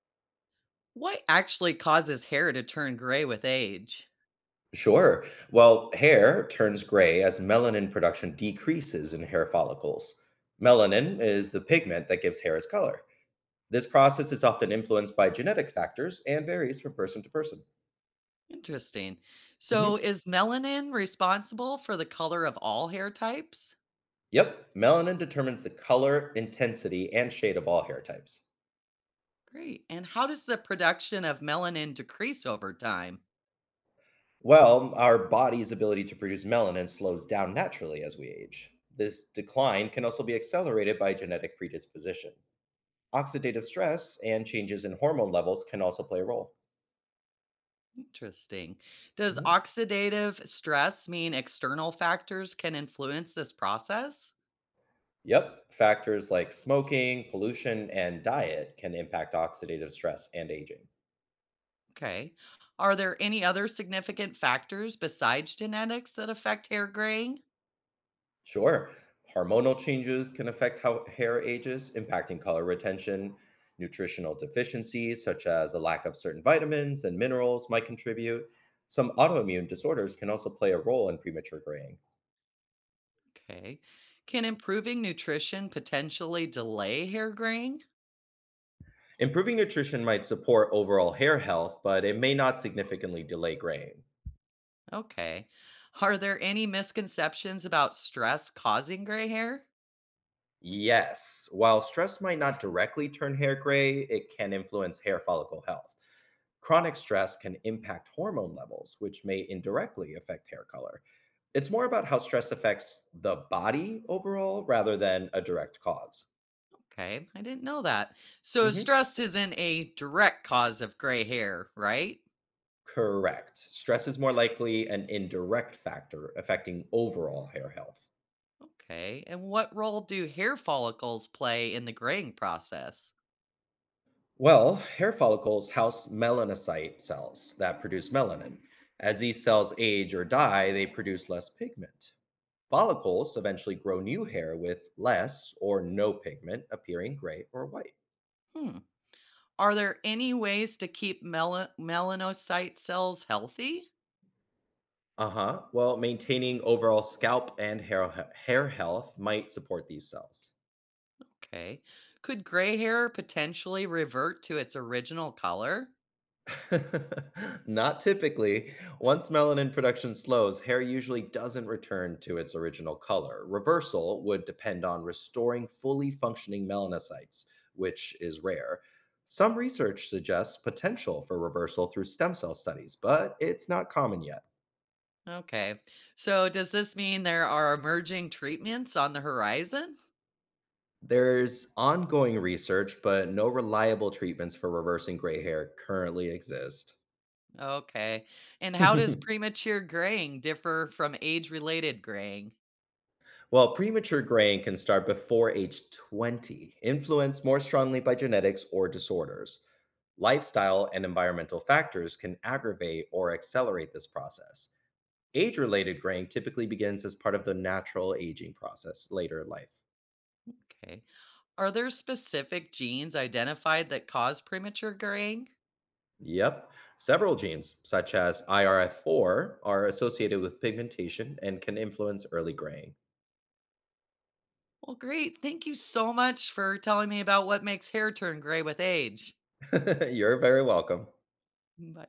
What actually causes hair to turn gray with age? Sure. Well, hair turns gray as melanin production decreases in hair follicles. Melanin is the pigment that gives hair its color. This process is often influenced by genetic factors and varies from person to person. Interesting. So, Hmm. is melanin responsible for the color of all hair types? Yep, melanin determines the color, intensity, and shade of all hair types. Great. And how does the production of melanin decrease over time? Well, our body's ability to produce melanin slows down naturally as we age. This decline can also be accelerated by genetic predisposition. Oxidative stress and changes in hormone levels can also play a role. Interesting. Does Mhm. oxidative stress mean external factors can influence this process? Yep. Factors like smoking, pollution, and diet can impact oxidative stress and aging. Okay. Are there any other significant factors besides genetics that affect hair graying? Sure. Hormonal changes can affect how hair ages, impacting color retention. Nutritional deficiencies, such as a lack of certain vitamins and minerals, might contribute. Some autoimmune disorders can also play a role in premature graying. Okay. Can improving nutrition potentially delay hair graying? Improving nutrition might support overall hair health, but it may not significantly delay graying. Okay. Are there any misconceptions about stress causing gray hair? Yes. While stress might not directly turn hair gray, it can influence hair follicle health. Chronic stress can impact hormone levels, which may indirectly affect hair color. It's more about how stress affects the body overall rather than a direct because. Okay, I didn't know that. So Hmm. stress isn't a direct cause of gray hair, right? Correct. Stress is more likely an indirect factor affecting overall hair health. Okay. And what role do hair follicles play in the graying process? Well, hair follicles house melanocyte cells that produce melanin. As these cells age or die, they produce less pigment. Follicles eventually grow new hair with less or no pigment, appearing gray or white. Hmm. Are there any ways to keep melanocyte cells healthy? Uh huh. Well, maintaining overall scalp and hair health might support these cells. Okay. Could gray hair potentially revert to its original color? Not typically. Once melanin production slows, hair usually doesn't return to its original color. Reversal would depend on restoring fully functioning melanocytes, which is rare. Some research suggests potential for reversal through stem cell studies, but it's not common yet. Okay. So does this mean there are emerging treatments on the horizon? There's ongoing research, but no reliable treatments for reversing gray hair currently exist. Okay. And how does Well, premature graying differ from age related graying? premature graying can start before age 20, influenced more strongly by genetics or disorders. Lifestyle and environmental factors can aggravate or accelerate this process. Age related graying typically begins as part of the natural aging process later in life. Okay. Are there specific genes identified that cause premature graying? Yep. Several genes, such as IRF4, are associated with pigmentation and can influence early graying. Well, great. Thank you so much for telling me about what makes hair turn gray with age. You're very welcome. Bye.